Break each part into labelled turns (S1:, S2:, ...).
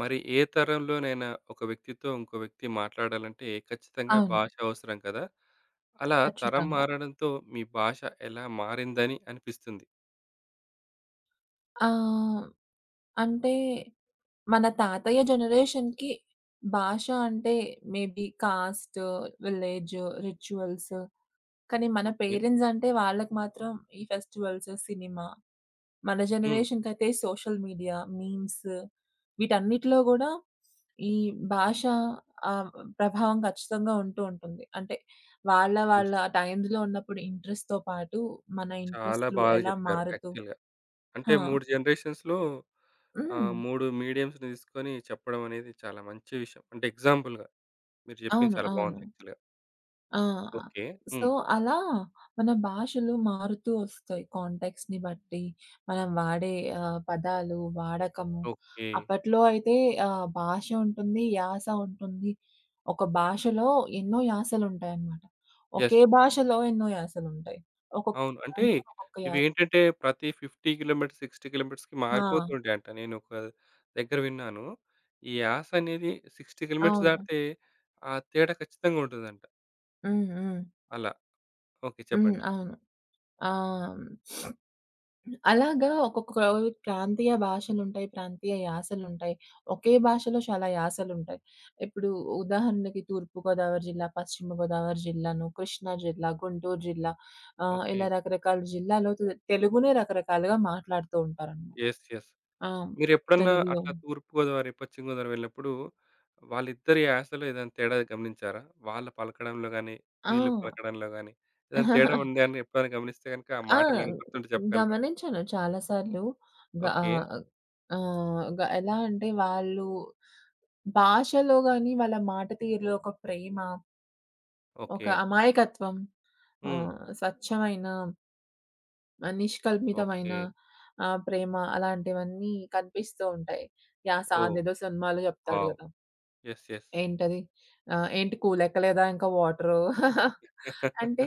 S1: మరి ఏ తరంలోనైనా ఒక వ్యక్తితో ఇంకో వ్యక్తి మాట్లాడాలంటే ఖచ్చితంగా
S2: అవును.
S1: భాష అవసరం కదా! అలా తరం
S2: ఖచ్చితంగా.
S1: మారడంతో మీ భాష ఎలా మారిందని అనిపిస్తుంది?
S2: ఆహ్, అంటే మన తాతయ్య జనరేషన్‌కి భాష అంటే మేబీ కాస్ట్, విలేజ్, రిచువల్స్. కానీ మన
S1: ఓకే.
S2: పేరెంట్స్ అంటే వాళ్ళకి మాత్రం ఈ ఫెస్టివల్స్, సినిమా. మన
S1: హ్మ్.
S2: జనరేషన్‌కైతే సోషల్ మీడియా, మీమ్స్ వీటన్నిటిలో గూడా ఈ భాష ఆహ్, ప్రభావం ఖచ్చితంగా ఉంటూ ఉంటుంది. అంటే వాళ్ళ వాళ్ళ
S1: యెస్.
S2: టైమ్స్‌లో ఉన్నప్పుడు ఇంట్రెస్ట్‌తో పాటు మన
S1: చాలా
S2: ఇంట్రెస్ట్‌లు
S1: బాగా
S2: ఎలా
S1: చెప్పారు
S2: మారుతూ
S1: యాక్చువల్‌గా. అంటే
S2: ఆ!
S1: 3 జనరేషన్స్‌లో
S2: హ్మ్.
S1: 3 మీడియమ్స్‌ని తీసుకొని చెప్పడం అనేది చాలా మంచి విషయం. అంటే ఎగ్జాంపుల్‌గా మీరు చెప్పింది
S2: అవును.
S1: చాలా
S2: అవును.
S1: బాగుంది యాక్చువల్‌గా.
S2: ఆ!
S1: ఓకే.
S2: సో,
S1: హ్మ్.
S2: అలా మన భాషలు మారుతూ వస్తాయి. కాంటాక్ట్స్‌ని బట్టి, మనం వాడే పదాలు, వాడకము.
S1: ఓకే.
S2: అప్పట్లో అయితే భాష ఉంటుంది, యాస ఉంటుంది. ఒక భాషలో ఎన్నో యాసలుంటాయన్నమాట.
S1: యెస్.
S2: ఒకే భాషలో ఎన్నో యాసలుంటాయి. ఒక్కొక్క
S1: అవును. అంటే
S2: ప్రాంతం ఒక్కొక్క యాస.
S1: ఇవేంటంటే ప్రతి 50 కిలోమీటర్స్, 60 కిలోమీటర్స్‌కి
S2: ఆ!
S1: మారిపోతుంటాయంట. నేను ఒక దగ్గర విన్నాను. ఈ యాస అనేది 60 కిలోమీటర్స్
S2: అవును.
S1: దాటితే ఆ తేడా ఖచ్చితంగా ఉంటుందంట.
S2: హ్మ్. హ్మ్.
S1: అలా. ఓకే.
S2: హ్మ్.
S1: చెప్పండి.
S2: అవును. ఆ! అలాగా ఒక్కొక్క ప్రాంతీయ భాషలుంటాయి. ప్రాంతీయ యాసలుంటాయి. ఒకే భాషలో చాలా యాసలుంటాయి. ఇప్పుడు ఉదాహరణకి తూర్పు గోదావరి జిల్లా, పశ్చిమ గోదావరి జిల్లాను, కృష్ణా జిల్లా, గుంటూరు జిల్లా
S1: ఓకే.
S2: ఇలా రకరకాల జిల్లాలో తెలుగునే రకరకాలుగా మాట్లాడుతూ ఉంటారనమాట.
S1: యెస్. యెస్.
S2: ఆ!
S1: మీరెప్పుడన్నా
S2: తెలుగులో
S1: అట్లా తూర్పుగోదావరి, పశ్చిమ గోదావరి వెళ్ళినప్పుడు వాళ్ళిద్దరి యాసలో ఏదైనా తేడా గమనించారా? వాళ్ళు పలకడంలో గాని,
S2: ఆ!
S1: వీళ్ళు పలకడంలో గాని ఏదైనా తేడా ఉంది అని ఎప్పుడైనా గమనిస్తే గనుక ఆ
S2: ఆ!
S1: మాటలేమైనా గుర్తుంటే చెప్పగలరా?
S2: గమనించాను చాలా సార్లు. గ
S1: ఓకే.
S2: ఆహ్, ఆహ్, గ ఎలా అంటే వాళ్ళు భాషలో గాని, వాళ్ళ మాట తీరులో ఒక ప్రేమ, ఒక
S1: ఓకే.
S2: అమాయకత్వం,
S1: హ్మ్.
S2: స్వచ్ఛమైన, నిష్కల్మితమైన
S1: ఓకే.
S2: ప్రేమ అలాంటివన్నీ కనిపిస్తూ ఉంటాయి. యాస
S1: ఓహ్!
S2: అదేదో సినిమాలో చెప్తాడు
S1: వావ్!
S2: గదా!
S1: యెస్. యెస్.
S2: ఏంటది? ఏంటి కూలెక్కలేదా ఇంకా వాటరు? అంటే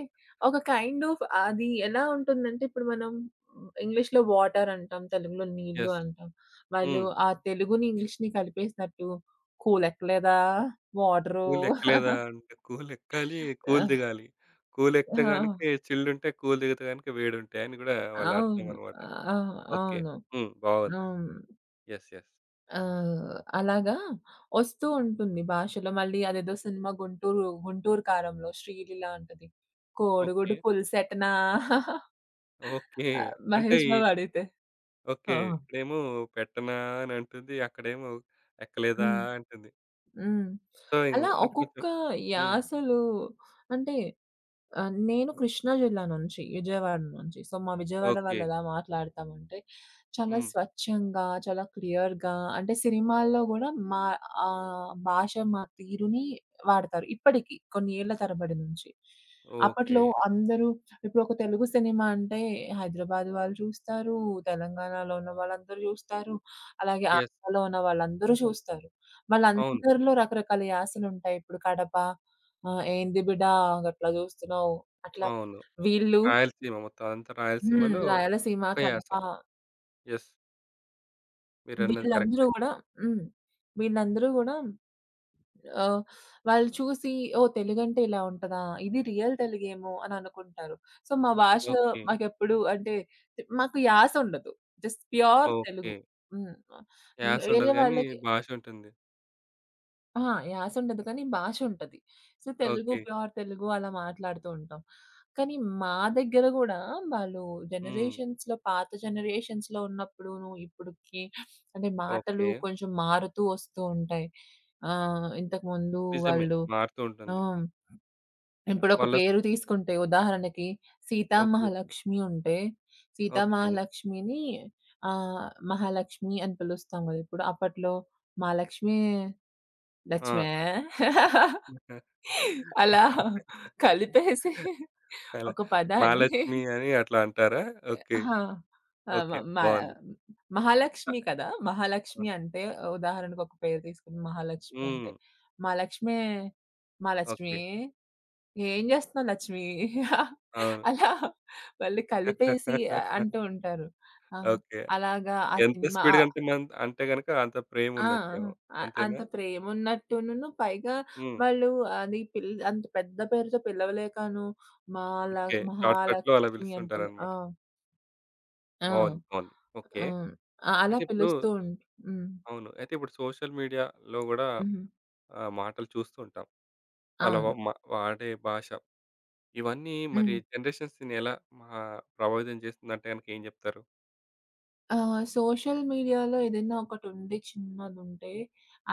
S2: ఒక కైండ్ ఆఫ్ అది ఎలా ఉంటుందంటే ఇప్పుడు మనం ఇంగ్లీష్‌లో వాటర్ అంటాం. తెలుగులో నీళ్ళు
S1: యెస్.
S2: అంటాం. వాళ్ళు
S1: హ్మ్.
S2: ఆ తెలుగుని, ఇంగ్లీష్‌ని కలిపేసినట్టు కూలెక్కలేదా? వాటరు.
S1: కూల్ ఎక్కలేదా అంటే కూల్ ఎక్కాలి, కూల్
S2: ఆహ్,
S1: దిగాలి. కూల్ ఎక్కితే గనుక
S2: ఆ!
S1: చిల్డ్ ఉంటాయి. కూల్ దిగితే గనుక వేడుంటాయి అని గూడా వాళ్ళ అర్థం
S2: అవును.
S1: అన్నమాట.
S2: ఆ!
S1: ఓకే.
S2: అవును.
S1: హ్మ్. బాగుంది.
S2: అవును.
S1: యెస్. యెస్.
S2: అలాగా ఒస్తూ ఉంటుంది భాషలో. మళ్ళీ అదేదో సినిమా 'గుంటూరు గుంటూరు కారంలో' శ్రీలీల అంటది.
S1: ఓకే.
S2: కోడిగుడ్డు పులుసెటనా
S1: ఓకే. అంటే
S2: మహేష్
S1: ఈ
S2: బాబు అడిగితే.
S1: ఓకే.
S2: ఆ!
S1: ఇక్కడేమో పెట్టనా అని అంటుంది. అక్కడేమో ఎక్కలేదా
S2: హ్మ్.
S1: అంటుంది.
S2: హ్మ్.
S1: సో, ఇంగ
S2: అలా
S1: అంటే కొంచెం
S2: ఒక్కొక్క
S1: హ్మ్.
S2: యాసలు అంటే నేను కృష్ణా జిల్లా నుంచి, విజయవాడ నుంచి. సో, మా విజయవాడ
S1: ఓకే.
S2: వాళ్ళెలా మాట్లాడతామంటే, చాలా
S1: హ్మ్.
S2: స్వచ్ఛంగా, చాలా క్లియర్‌గా అంటే సినిమాల్లో గూడా మా భాష, మా తీరుని వాడతారు. ఇప్పటికి కొన్ని ఏళ్ల తరబడి నుంచి.
S1: ఓకే.
S2: అప్పట్లో అందరూ ఇప్పుడు ఒక తెలుగు సినిమా అంటే హైదరాబాద్ వాళ్ళు చూస్తారు, తెలంగాణలో ఉన్న వాళ్ళందరూ చూస్తారు, అలాగే
S1: యెస్.
S2: ఆంధ్రాలో ఉన్న వాళ్ళందరూ చూస్తారు.
S1: అవును.
S2: వాళ్ళందరిలో రకరకాల యాసలుంటాయి. ఇప్పుడు కడప "ఏంది బిడ్డ గట్లా జూస్తున్నావు?" అట్లా
S1: అవును.
S2: వీళ్ళు
S1: రాయలసీమ మొత్తం అదంతా రాయలసీమలో
S2: రాయలసీమ,
S1: ఒక యాస.
S2: కడప
S1: యెస్. మీరన్నది
S2: వీళ్ళందరూ
S1: కరెక్టే.
S2: గూడా హ్మ్. వీళ్ళందరూ గూడా ఆహ్, వాళ్ళు చూసి ఓహ్! తెలుగంటే ఇలా ఉంటదా? ఇది రియల్ తెలుగేమో అని అనుకుంటారు. సో, మా భాష
S1: ఓకే.
S2: మాకెప్పుడు అంటే మాకు యాస ఉండదు. Just pure
S1: okay.
S2: తెలుగు. హ్మ్.
S1: యాస
S2: వేరే
S1: ఉండదు గానీ
S2: వాళ్ళకి
S1: భాష ఉంటుంది.
S2: అహా! యాస ఉండదు. కానీ భాష ఉంటది. So, Telugu
S1: okay.
S2: Pure Telugu అలా మాట్లాడుతూ ఉంటాం. కానీ మా దగ్గర గూడా వాళ్ళు
S1: హ్మ్.
S2: జనరేషన్స్‌లో పాత జనరేషన్స్‌లో ఉన్నప్పుడును, ఇప్పుడుకి అంటే మాటలు
S1: ఓకే.
S2: కొంచెం మారుతూ వస్తూ ఉంటాయి. ఇంతకుముందు
S1: నిజమే.
S2: వాళ్ళు
S1: మారుతూ
S2: ఆ!
S1: ఉంటుంది.
S2: ఇప్పుడొక
S1: వాళ్ళ
S2: పేరు తీసుకుంటే ఉదాహరణకి 'సీతా
S1: ఓకే.
S2: మహాలక్ష్మి' ఉంటే, 'సీతా
S1: ఓకే.
S2: మహాలక్ష్మిని' 'మహాలక్ష్మి' అని పిలుస్తాం గదా! ఇప్పుడు. అప్పట్లో 'మహాలక్ష్మి
S1: ఆ!
S2: లక్ష్మే' అలా కలిపేసి
S1: మల
S2: ఒక పదాన్ని
S1: మహాలక్ష్మి అని అట్లా అంటారా? ఓకే.
S2: ఆహా! ఆ! మ
S1: ఓకే.
S2: మన
S1: బావుంది.
S2: మహాలక్ష్మి కదా! మహాలక్ష్మి
S1: అవును.
S2: అంటే ఉదాహరణకు ఒక పేరు తీసుకుని మహాలక్ష్మి
S1: హ్మ్.
S2: అంటే, మా లక్ష్మే, మా లక్ష్మి
S1: ఓకే.
S2: ఏం జేస్తున్నావు లక్ష్మి
S1: అవును.
S2: అలా వాళ్ళు కలిపేసి అంటూ ఉంటారు. ఆ!
S1: ఓకే.
S2: అలాగా ఆ
S1: ఎంత
S2: సినిమా
S1: స్పీడ్‌గా
S2: ఆహ్,
S1: అంటే మన్ అంటే గనక అంత ప్రేమ
S2: ఆ!
S1: ఉన్నట్టేమో.
S2: అంత
S1: అంతేనా?
S2: ప్రేమున్నట్టును పైగా
S1: హ్మ్.
S2: వాళ్ళు అది పిల్ అంత పెద్ద పేరుతో పిలవలేకను మాల
S1: ఓకే. షార్ట్‌కట్‌లో అలా
S2: మహాలక్ష్మి అని పిల ఆ!
S1: పిలుస్తుంటారన్నమాట.
S2: ఆ!
S1: బావుంది. బావుంది. ఓకే.
S2: అవును. అలా
S1: అయితే ఇప్పుడు
S2: పిలుస్తూ ఉంట్ హ్మ్.
S1: అవును. అయితే ఇప్పుడు సోషల్ మీడియాలో గూడా
S2: హుహు.
S1: మాటలు చూస్తూ ఉంటాం. వాళ్ళ వ
S2: అవును.
S1: మ వాడే భాష. ఇవన్నీ మరి
S2: హ్మ్.
S1: జనరేషన్స్‌ని ఎలా మా ప్రభావితం చేస్తుందంటే గనక ఏం జెప్తారు?
S2: సోషల్ మీడియాలో ఏదైనా ఒకటుండి చిన్నదుంటే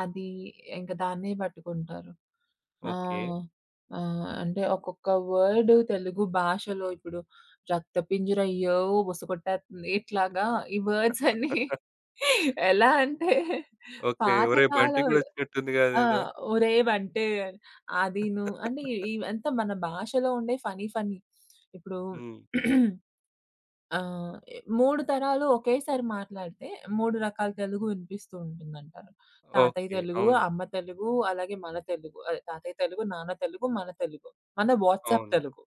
S2: అది ఇంక దాన్నే పట్టుకుంటారు. ఆ!
S1: ఓకే.
S2: అంటే ఒక్కొక్క వర్డ్ తెలుగు భాషలో ఇప్పుడు రక్తపింజర అయ్యో! బుసకొట్టేత్తంది. ఇట్లాగా ఈ వర్డ్స్ అన్నీ ఎలా అంటే
S1: ఓకే. ఒరేయ్! బంటి
S2: పాతకాలం
S1: గూడా వచ్చినట్టుంది
S2: ఆ!
S1: గదేదో.
S2: ఒరేవంటే అదీను అంటే ఇవంతా మన భాషలో ఉండే ఫన్నీ ఫన్నీ. ఇప్పుడు
S1: హ్మ్.
S2: ఆహ్, 3 తరాలు ఒకేసారి మాట్లాడితే 3 రకాల తెలుగు వినిపిస్తూ ఉంటుందంటారు. తాతయ్య
S1: ఓకే.
S2: తెలుగు,
S1: అవును.
S2: అమ్మ తెలుగు, అలాగే మన తెలుగు. అదే తాతయ్య తెలుగు, నాన్న తెలుగు, మన తెలుగు. మన వాట్సాప్
S1: అవును.
S2: తెలుగు.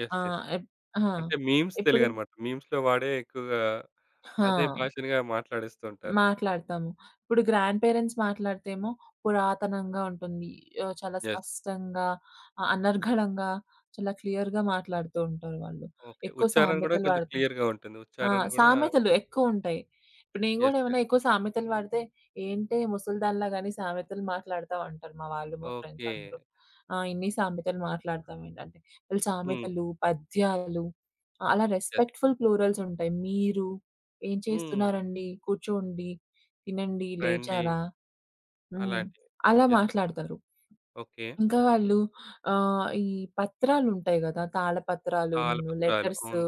S1: యెస్.
S2: ఆ!
S1: యెస్.
S2: ఎప్ ఆ!
S1: అంటే మీమ్స్
S2: ఇప్పుడు
S1: తెలుగనమాట. మీమ్స్‌లో వాడే ఎక్కువగా అదే
S2: ఆ!
S1: భాషనిగా మాట్లాడేస్తూ ఉంటారు.
S2: మాట్లాడతాము. ఇప్పుడు గ్రాండ్ పేరెంట్స్ మాట్లాడితేమో పురాతనంగా ఉంటుంది. చాలా
S1: యెస్.
S2: స్పష్టంగా, అనర్గళంగా, చాలా క్లియర్‌గా మాట్లాడుతూ ఉంటారు వాళ్ళు.
S1: ఓకే.
S2: ఎక్కువ
S1: ఉచ్చారణ గూడా
S2: సామెతలు
S1: కొంచెం
S2: వాడతారు.
S1: క్లియర్‌గా ఉంటుంది.
S2: ఆ!
S1: ఉచ్చారణ గూడా
S2: సామెతలు ఎక్కువుంటాయి. ఇప్పుడు నేను గూడా
S1: యెస్.
S2: ఏమైనా
S1: యెస్.
S2: ఎక్కువ సామెతలు వాడితే, "ఏంటే ముసలిదానిలా గాని సామెతలు మాట్లాడతావు" అంటారు మా వాళ్ళు, మా ఫ్రెండ్స్
S1: ఓకే.
S2: అందరూ. "ఆ! ఇన్ని సామెతలు మాట్లాడతావేంటి" అంటే,
S1: హ్మ్.
S2: "సామెతలు, పద్యాలు" ఆ, అలా
S1: యెస్.
S2: రెస్పెక్ట్‌ఫుల్ ప్లూరల్స్ ఉంటాయి. "మీరు" ఏం
S1: హ్మ్.
S2: చేస్తున్నారండి? కూర్చోండి, తినండి,
S1: రండి
S2: లేచారా? హ్మ్.
S1: అలాంటివి.
S2: అలా
S1: యెస్.
S2: మాట్లాడతారు.
S1: ఓకే.
S2: ఇంకా వాళ్ళు ఈ పత్రాలుంటాయి గదా! తాళపత్రాలును,
S1: తాళపత్రాలు.
S2: లెటర్స్
S1: అవును.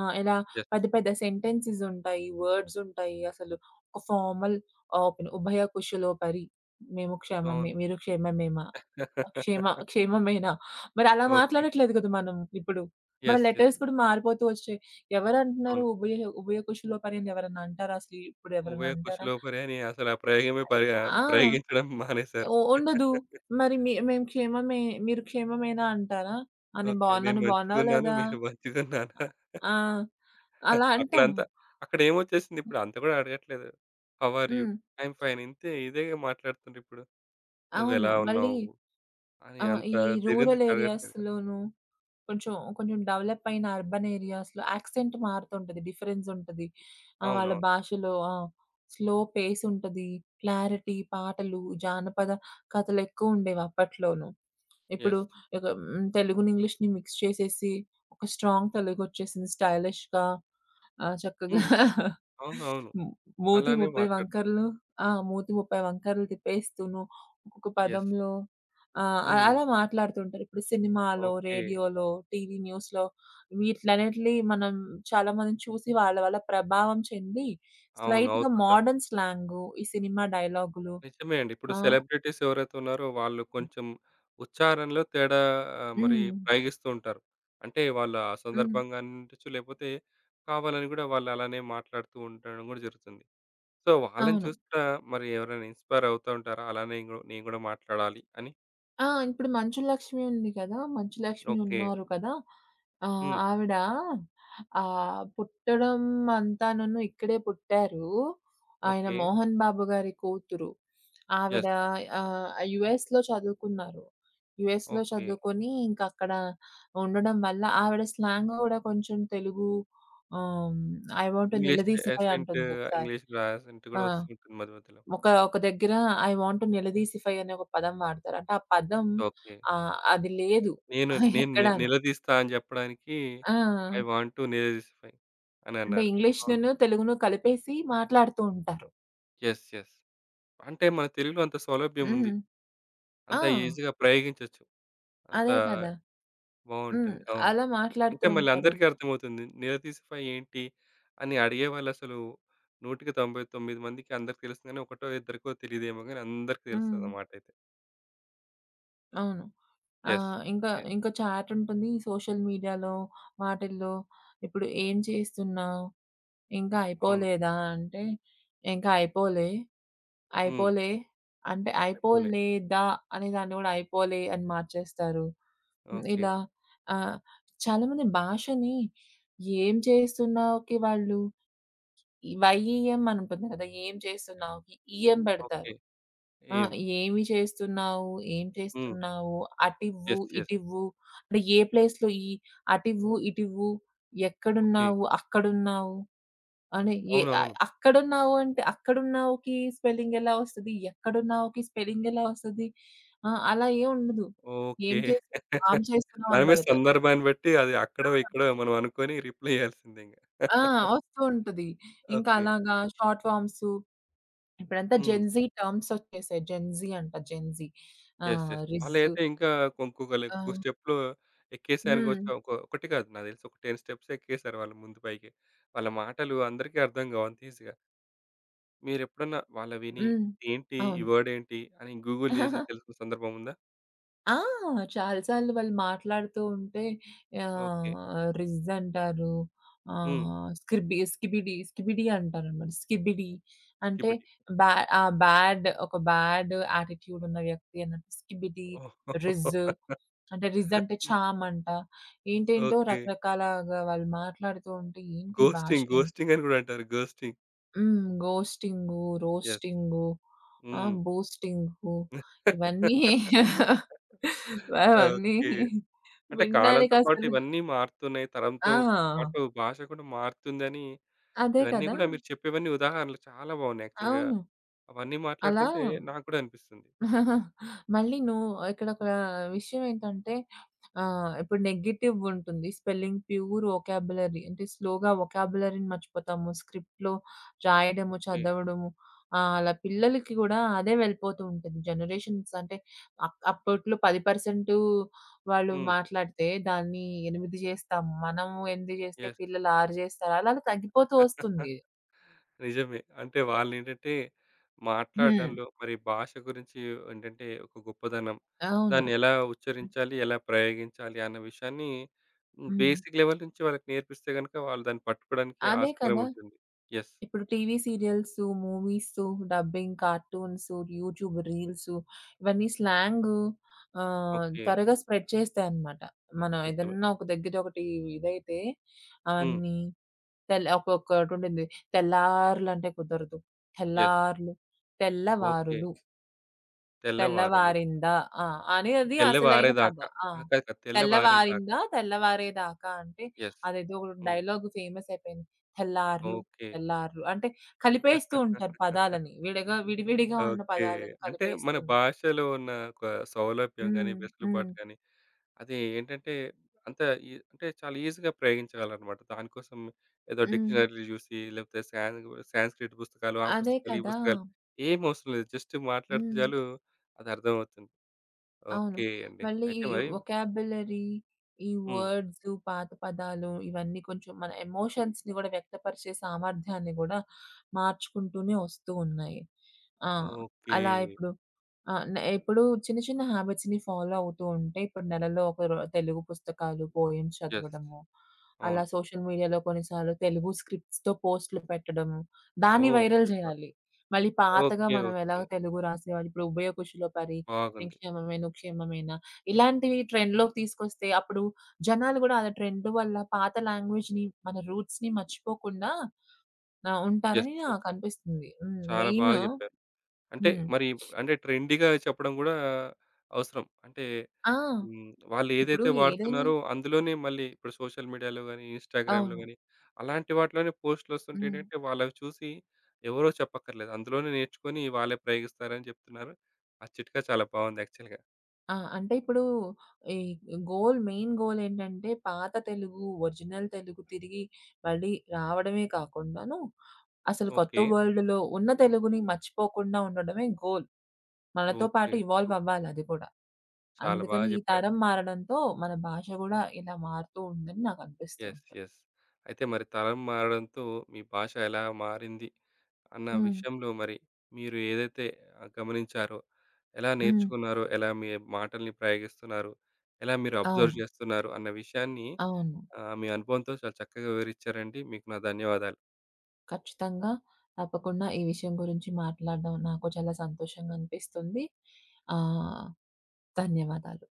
S2: ఇలా
S1: యెస్.
S2: పెద్ద పెద్ద సెంటెన్సెస్ ఉంటాయి. వర్డ్స్ ఉంటాయి. అసలు ఒక ఫార్మల్ ఓపెన్ ఉభయ కుశలో పరి. మేము క్షేమమే.
S1: అవును.
S2: మీరు క్షేమమేమా? క్షేమమేనా? మరి అలా
S1: ఓకే.
S2: మాట్లాడట్లేదు కదా మనం ఇప్పుడు. మన
S1: యెస్. యెస్.
S2: లెటర్స్ కూడా మారిపోతూ వచ్చాయి. ఎవరంటున్నారు
S1: అవును.
S2: ఉభయ ఉభయ కుశలోపరి అని ఎవరన్నా అంటారా అసలు ఇప్పుడు ఎవరన్నా
S1: 'ఉభయ
S2: అంటారా?
S1: కుశలోపరి' అని అసలు ఆ ప్రయోగమే
S2: అయ్ ఆ!
S1: ప్రయోగించడం మానేశారు.
S2: ఉండదు. మరి మేము క్షేమమే మీరు క్షేమమేనా అంటారా? ఆ! నేను
S1: ఓకే.
S2: బాగున్నా.
S1: నేను
S2: నువ్వు బాగున్నావా
S1: మంచిగున్నాను.
S2: లేదా?
S1: మీరు మంచిగున్నారా?
S2: ఆ! అలా అంటాము.
S1: అక్కడంతా అక్కడేమొచ్చేసింది ఇప్పుడు అంత గూడా అడగట్లేదు. How are you?
S2: హ్మ్.
S1: ఐయామ్ ఫైన్ ఇంతే ఇదే మాట్లాడుతుండ్రిప్పుడు.
S2: అవును.
S1: నువ్వెలా
S2: మళ్ళీ
S1: ఉన్నావు? అని అంత
S2: ఈ
S1: దీర్ఘం
S2: రూరల్
S1: తీసి అడగట్లేదు కదా!
S2: ఏరియాస్‌లోను కొంచెం, కొంచెం డెవలప్ అయిన అర్బన్ ఏరియాస్‌లో యాక్సెంట్ మారుతుంటది. డిఫరెన్స్ ఉంటది. వాళ్ళ
S1: అవును.
S2: భాషలో స్లో పేస్ ఉంటది. క్లారిటీ, పాటలు, జానపద కథలెక్కువుండేవి అప్పట్లోను. ఇప్పుడు
S1: యెస్.
S2: ఒక తెలుగుని, ఇంగ్లీష్‌ని మిక్స్ చేసేసి ఒక స్ట్రాంగ్ తెలుగొచ్చేసింది. స్టైలిష్‌గా చక్కగా
S1: హ్మ్. అవునవును.
S2: హ్మ్. మూతి
S1: అలానే
S2: 30
S1: మాట్లాడతారు.
S2: వంకర్లు మూతి 30 వంకర్లు తిప్పేస్తూను ఒక్కొక్క
S1: యెస్.
S2: పదంలో ఆహ్, అ
S1: హ్మ్.
S2: అలా మాట్లాడుతుంటారు. ఇప్పుడు సినిమాలో,
S1: ఓకే.
S2: రేడియోలో, టీవీ న్యూస్‌లో వీటిలన్నిటిని మనం చాలామందిని చూసి వాళ్ళ వల్ల ప్రభావం చెంది
S1: అవును.
S2: స్లైట్‌గా
S1: అవుతుంటాం.
S2: మోడర్న్ స్లాంగు, ఈ సినిమా డైలాగులు
S1: నిజమే అండి. ఇప్పుడు
S2: ఆ!
S1: సెలబ్రిటీస్ ఎవరైతే ఉన్నారో వాళ్ళు కొంచెం ఉచ్చారణలో తేడా మరి
S2: హ్మ్.
S1: ప్రయోగిస్తూ ఉంటారు. అంటే వాళ్ళ
S2: హ్మ్.
S1: సందర్భంగాన్ని ఉండొచ్చు, లేకపోతే కావాలని గూడా వాళ్ళు అలానే మాట్లాడుతూ ఉండడం గూడా జరుగుతుంది. సో, వాళ్ళని
S2: అవును.
S1: చూసి కూడా మరి ఎవరైనా ఇన్‌స్పైర్ అవుతా ఉంటారా? అలానే నేను గూడా మాట్లాడాలి అని.
S2: ఇప్పుడు మంచు లక్ష్మి ఉంది కదా! మంచు లక్ష్మి
S1: ఓకే.
S2: ఉన్నారు కదా!
S1: హ్మ్.
S2: ఆవిడ పుట్టడం అంతానను ఇక్కడే పుట్టారు. ఆయన
S1: ఓకే.
S2: మోహన్ బాబు గారి కూతురు. ఆవిడ
S1: యెస్.
S2: ఆహ్, యూఎస్‌లో చదువుకున్నారు. యూఎస్‌లో
S1: ఓకే.
S2: చదువుకొని ఇంకా అక్కడ ఉండడం వల్ల ఆవిడ స్లాంగ్ కూడా కొంచెం Telugu ah, I want to
S1: English
S2: నిలదీసిపోయి
S1: యాసెంట్,
S2: అంటుంది ఒకసారి.
S1: ఇంగ్లీష్ యాసెంట్
S2: ఆ!
S1: గూడా వస్తుంటుంది మధ్య మధ్యలో.
S2: ఒక ఒక దగ్గర ఐ వాంట్ టు నిలదీసిఫై అనే ఒక పదం వాడతారు. అంటే ఆ పదం
S1: ఓకే.
S2: అది లేదు
S1: నేను నేను ని
S2: ఎక్కడాను.
S1: నిలదీస్తా అని జెప్పడానికి
S2: ఆ!
S1: ఐ వాంట్ టు నిలదీసిఫై అని
S2: అంటే
S1: అన్నారు. అవును.
S2: ఇంగ్లీష్‌నును, తెలుగును కలిపేసి మాట్లాడుతూ ఉంటారు.
S1: యెస్. యెస్. అంటే మన తెలుగులో అంత సౌలభ్యం ఉంది.
S2: హ్మ్. ఆ!
S1: అంత ఈజీగా ప్రయోగించొచ్చు. అంత
S2: అదే కదా! హ్మ్.
S1: బావుంటుంది. అవును.
S2: అలా
S1: అంటే
S2: మాట్లాడుతూ
S1: మళ్ళీ
S2: ఉంటారు.
S1: అందరికీ అర్థమవుతుంది. నిలదీసిఫై ఏంటి అని అడిగేవాళ్ళు అసలు నూటికి 99 మందికి అందరికి తెలుస్తుంది గానీ, ఒకటో ఇద్దరికో తెలీదేమో గానీ అందరికి
S2: హ్మ్.
S1: తెలుస్తదన్నమాట అయితే.
S2: అవును.
S1: యెస్.
S2: ఆహ్, ఇంకా
S1: ఓకే.
S2: ఇంకా చాట్ ఉంటుంది. సోషల్ మీడియాలో వాటిల్లో ఇప్పుడు ఏం చేస్తున్నావు? ఇంకా
S1: అవును.
S2: అయిపోలేదా అంటే, ఇంకా అయిపోలే.
S1: హ్మ్.
S2: అయిపోలే అంటే
S1: అయిపోలే.
S2: అయిపోలేదా అనే దాన్ని గూడా అయిపోలే అని మార్చేస్తారు.
S1: ఓకే.
S2: ఇలా ఆహ్, చాలామంది భాషని ఏం చేస్తున్నావుకి వాళ్ళు ఈ వైఈఎం అని ఉంటుంది కదా! ఏం చేస్తున్నావుకి ఈఎం
S1: ఓకే.
S2: పెడతారు. ఆ!
S1: ఏం
S2: ఏమి చేస్తున్నావు? ఏం
S1: హ్మ్.
S2: చేస్తున్నావు? అటివ్వు,
S1: యెస్. యెస్.
S2: ఇటివ్వు అంటే ఏ ప్లేస్‌లో ఈ అటివ్వు, ఇటివ్వు,
S1: ఓకే.
S2: ఎక్కడున్నావు, అక్కడున్నావు. అని
S1: అవునవును.
S2: అక్కడున్నావు అంటే అక్కడున్నావుకి స్పెల్లింగ్ ఎలా వస్తది? ఎక్కడున్నావుకి స్పెల్లింగ్ ఎలా వస్తది? అలా ఏం ఉండదు. ఏం
S1: ఓకే.
S2: చేసి ఆమ్ చేస్తున్నావు అని
S1: మనమే
S2: పెడతారు.
S1: సందర్భాన్ని బట్టి అది అక్కడో, ఇక్కడో మనం అనుకోని రిప్లై ఇయ్యాల్సిందే ఇంగ.
S2: ఆ! వస్తూ ఉంటది. ఇంకా
S1: ఓకే.
S2: అలాగా షార్ట్ ఫార్మ్స్ ఇప్పుడంతా
S1: హ్మ్.
S2: జెన్‌జీ టర్మ్స్ వచ్చేసాయి. జెన్‌జీ అంట జెన్‌జీ.
S1: యెస్. యెస్.
S2: రిజ్.
S1: వాళ్ళైతే ఇంకా ఇంకొకళ్ళు
S2: ఆ!
S1: ఎక్కువ స్టెప్‌లు
S2: హ్మ్.
S1: ఎక్కేసారనుకోవచ్చు. ఒకటి కాదు నాకు తెలిసి ఒక 10 స్టెప్స్ ఎక్కేసారు వాళ్ళు ముందు పైకి. వాళ్ళ మాటలు అందరికీ అర్థం కావు అంత ఈజీగా. మీరెప్పుడన్నా వాళ్ళ విని
S2: హ్మ్.
S1: ఏంటి? ఈ
S2: అవును.
S1: వర్డ్ ఏంటి? అని గూగుల్ చేసి తెలుసుకున్న సందర్భం ఉందా?
S2: ఆ! చాలా సార్లు వాళ్ళు మాట్లాడుతూ ఉంటే
S1: ఓకే.
S2: ఆహ్, రిజ్ అంటారు.
S1: హ్మ్.
S2: ఆహ్, స్క్రిబి స్కిబిడి, స్కిబిడి అంటారనమాట. స్కిబిడి అంటే
S1: స్కిబిడి.
S2: బ్యా ఆహ్, బ్యాడ్ ఒక బ్యాడ్ యాటిట్యూడ్ ఉన్న వ్యక్తి అన్నట్టు స్కిబిడి,
S1: ఓహ్!
S2: రిజ్ రిజ్ అంటే చామ్ అంట. ఏంటేంటో
S1: ఓకే.
S2: రకరకాలగా వాళ్ళు మాట్లాడుతూ ఉంటే ఏంటి ఈ భాష
S1: ఘోస్టింగ్, ఘోస్టింగ్ అని గూడా అంటారు. ఘోస్టింగ్.
S2: ఘోస్టింగు,
S1: యెస్.
S2: రోస్టింగు,
S1: హ్మ్.
S2: బూస్టింగు ఇవన్నీ
S1: ఓకే.
S2: అవన్నీ
S1: అంటే
S2: వినడానికి
S1: కాలంతో పాటు
S2: అసలు
S1: ఇవన్నీ మారుతున్నాయి. తరంతో పాటు
S2: ఆ!
S1: భాష కూడా మారుతుందని
S2: అదే
S1: ఇవన్నీ
S2: కదా!
S1: గూడా మీరు చెప్పేవన్నీ ఉదాహరణలు చాలా బాగున్నాయి యాక్చువల్‌గా.
S2: అవును.
S1: అవన్నీ
S2: అలా
S1: మాట్లాడుతుంటే నాకు గూడా అనిపిస్తుంది.
S2: మళ్ళీ నువ్వు ఇక్కడ ఒక విషయం ఏంటంటే ఆ! ఇప్పుడు నెగెటివ్ ఉంటుంది. స్పెల్లింగ్, ప్యూర్ వొకాబులరీ అంటే స్లోగా వొకాబులరీని మర్చిపోతాము. స్క్రిప్ట్‌లో రాయడము,
S1: ఓకే.
S2: చదవడము. అలా పిల్లలకి గూడా అదే వెళ్ళిపోతూ ఉంటుంది. జనరేషన్స్ అంటే అప్పట్లో 10% వాళ్ళు
S1: హ్మ్.
S2: మాట్లాడితే దాన్ని 8 జేస్తాము. మనము 8 జేస్తే
S1: యెస్.
S2: పిల్లలు 6 జేస్తారు. అలా అలా తగ్గిపోతూ వస్తుంది.
S1: నిజమే. అంటే వాళ్ళేంటంటే
S2: హ్మ్.
S1: మాట్లాడడంలో మరి భాష గురించి ఏంటంటే ఒక గొప్పదనం,
S2: అవును.
S1: దాన్నెలా ఉచ్చరించాలి, ఎలా ప్రయోగించాలి అన్న విషయాన్ని హ్మ్.
S2: హ్మ్.
S1: బేసిక్ లెవెల్ నుంచి వాళ్ళకి నేర్పిస్తే గనుక వాళ్ళు దాన్ని పట్టుకోవడానికి
S2: అదే
S1: ఆస్కారం
S2: కదా!
S1: ఉంటుంది. యెస్.
S2: ఇప్పుడు TV serials, movies, dubbing, cartoons, YouTube reels ఇవన్నీ స్లాంగు
S1: ఓకే.
S2: త్వరగా స్ప్రెడ్ చేస్తాయన్నమాట. మనం
S1: నిజమే.
S2: ఏదన్నా ఒక దగ్గర ఒకటి ఇదైతే
S1: హ్మ్.
S2: అవన్నీ ఒకొక్కటుంటుంది. తెల్లార్లంటే కుదరదు.
S1: యెస్.
S2: తెల్లార్లు
S1: ఓకే.
S2: తెల్లవారులు.
S1: తెల్లవారలు.
S2: తెల్లవారిందా? ఆ! అని అది అసలైన పద.
S1: తెల్లవారేదాకా.
S2: ఆ!
S1: ఆ! కాదు. కాదు. తెల్లవారేదాకా.
S2: తెల్లవారిందా? తెల్లవారేదాకా అంటే
S1: యెస్.
S2: అదేదో
S1: హ్మ్.
S2: డైలాగ్ ఫేమస్ అయిపోయింది. తెల్లార్లు,
S1: ఓకే.
S2: తెల్లార్లు అంటే కలిపేస్తూ ఉంటారు పదాలని. విడగా విడివిడిగా ఉన్న
S1: ఓకే.
S2: పదాలని
S1: అంటే మన
S2: కలిపేస్తున్నారు.
S1: భాషలో ఉన్న ఒక సౌలభ్యం గాని,
S2: హ్మ్. హ్మ్.
S1: వెసులుబాటు గాని అది ఏంటంటే అంత ఈ అంటే చాలా ఈజీగా ప్రయోగించగలనమాట. దానికోసం ఏదో
S2: హ్మ్.
S1: డిక్షనరీలు జూసి, లేకపోతే సాన్స్‌క్రిట్ పుస్తకాలు, ఆ
S2: అదే
S1: పుస్తకాలు, ఈ
S2: కదా!
S1: పుస్తకాలు ఏమవసరం లేదు. జస్ట్ మాట్లాడితే
S2: హ్మ్.
S1: చాలు అది అర్థమవుతుంది.
S2: అవును.
S1: ఓకే అండి.
S2: మళ్ళీ
S1: అయితే
S2: ఈ
S1: మరి
S2: వొకాబులరీ, ఈ
S1: హ్మ్.
S2: వర్డ్స్, పాత పదాలు ఇవన్నీ కొంచెం మన ఎమోషన్స్‌ని గూడా వ్యక్తపరిచే సామర్థ్యాన్ని గూడా మార్చుకుంటూనే వస్తూ ఉన్నాయి. ఆ!
S1: ఓకే.
S2: అలా ఇప్పుడు ఆహ్, న ఇప్పుడు చిన్న చిన్న హ్యాబిట్స్‌ని ఫాలో అవుతూ ఉంటే ఇప్పుడు నెలలో ఒక రో తెలుగు పుస్తకాలు, పోయెమ్స్
S1: యెస్.
S2: చదవడము, అలా
S1: అవును.
S2: సోషల్ మీడియాలో కొన్నిసార్లు తెలుగు స్క్రిప్ట్స్‌తో పోస్ట్‌లు పెట్టడము, దాన్ని
S1: ఓహ్!
S2: Viral
S1: super.
S2: జేయాలి. మళ్ళీ పాతగా
S1: ఓకే.
S2: మనం ఎలా
S1: ఓకే.
S2: తెలుగు రాసేవాళ్ళు ఇప్పుడు ఉభయ కుషిలో పరి నేను
S1: బాగుంది.
S2: క్షేమమేను, క్షేమమేనా? ఇలాంటివి ట్రెండ్‌లోకి తీసుకొస్తే అప్పుడు జనాలు గూడా ఆ ట్రెండ్ వల్ల పాత లాంగ్వేజ్‌ని, మన రూట్స్‌ని మర్చిపోకుండా
S1: యెస్.
S2: ఉంటారని
S1: యెస్.
S2: నాకనిపిస్తుంది.
S1: చాలా
S2: మెయిన్
S1: బాగా జెప్పారు. అంటే
S2: హ్మ్.
S1: మరి అంటే ట్రెండీగా చెప్పడం గూడా అవసరం. అంటే
S2: ఆ!
S1: హ్మ్. వాళ్ళు
S2: ఇప్పుడు
S1: ఏదైతే
S2: ఏదైనా
S1: వాడుతున్నారో అందులోనే మళ్ళీ ఇప్పుడు సోషల్ మీడియాలో గాని, ఇన్‌స్టాగ్రామ్‌లో
S2: అవును.
S1: గాని అలాంటి వాటిలోనే పోస్ట్‌లొస్తుంటే
S2: హ్మ్.
S1: ఏంటంటే వాళ్ళవి చూసి ఎవరో చెప్పక్కర్లేదు. అందులోనే నేర్చుకొని వాళ్ళే ప్రయోగిస్తారని చెప్తున్నారు. ఆ చిట్కా చాలా బావుంది యాక్చువల్‌గా.
S2: ఆ! అంటే ఇప్పుడు ఈ గోల్ మెయిన్ గోల్ ఏంటంటే పాత తెలుగు, ఒరిజినల్ తెలుగు తిరిగి మళ్ళీ రావడమే కాకుండాను, అసలు కొత్త
S1: ఓకే.
S2: వరల్డ్‌లో ఉన్న తెలుగుని మర్చిపోకుండా ఉండడమే గోల్. మనతో పాటు
S1: ఓకే.
S2: Evolve
S1: super.
S2: అవ్వాలి అది కూడా.
S1: చాలా బాగా
S2: అందుకని ఈ
S1: జెప్పారు.
S2: తరం మారడంతో మన భాష గూడా ఇలా మారుతూ ఉందని నాకనిపిస్తూ
S1: యెస్.
S2: ఉంటుంది.
S1: యెస్. అయితే మరి తరం మారడంతో మీ భాష ఎలా మారింది? అన్న
S2: హ్మ్.
S1: విషయంలో మరి మీరు ఏదైతే గమనించారో, ఎలా
S2: హ్మ్.
S1: నేర్చుకున్నారో, ఎలా మీ మాటల్ని ప్రయోగిస్తున్నారు, ఎలా మీరు అబ్జర్వ్
S2: అవును.
S1: చేస్తున్నారు అన్న విషయాన్ని
S2: అవును.
S1: మీ అనుభవంతో చాలా చక్కగా వివరించారండి. మీకు నా ధన్యవాదాలు.
S2: ఖచ్చితంగా. తప్పకుండా ఈ విషయం గురించి మాట్లాడడం నాకు చాలా సంతోషంగా అనిపిస్తుంది. ఆహ్, ధన్యవాదాలు.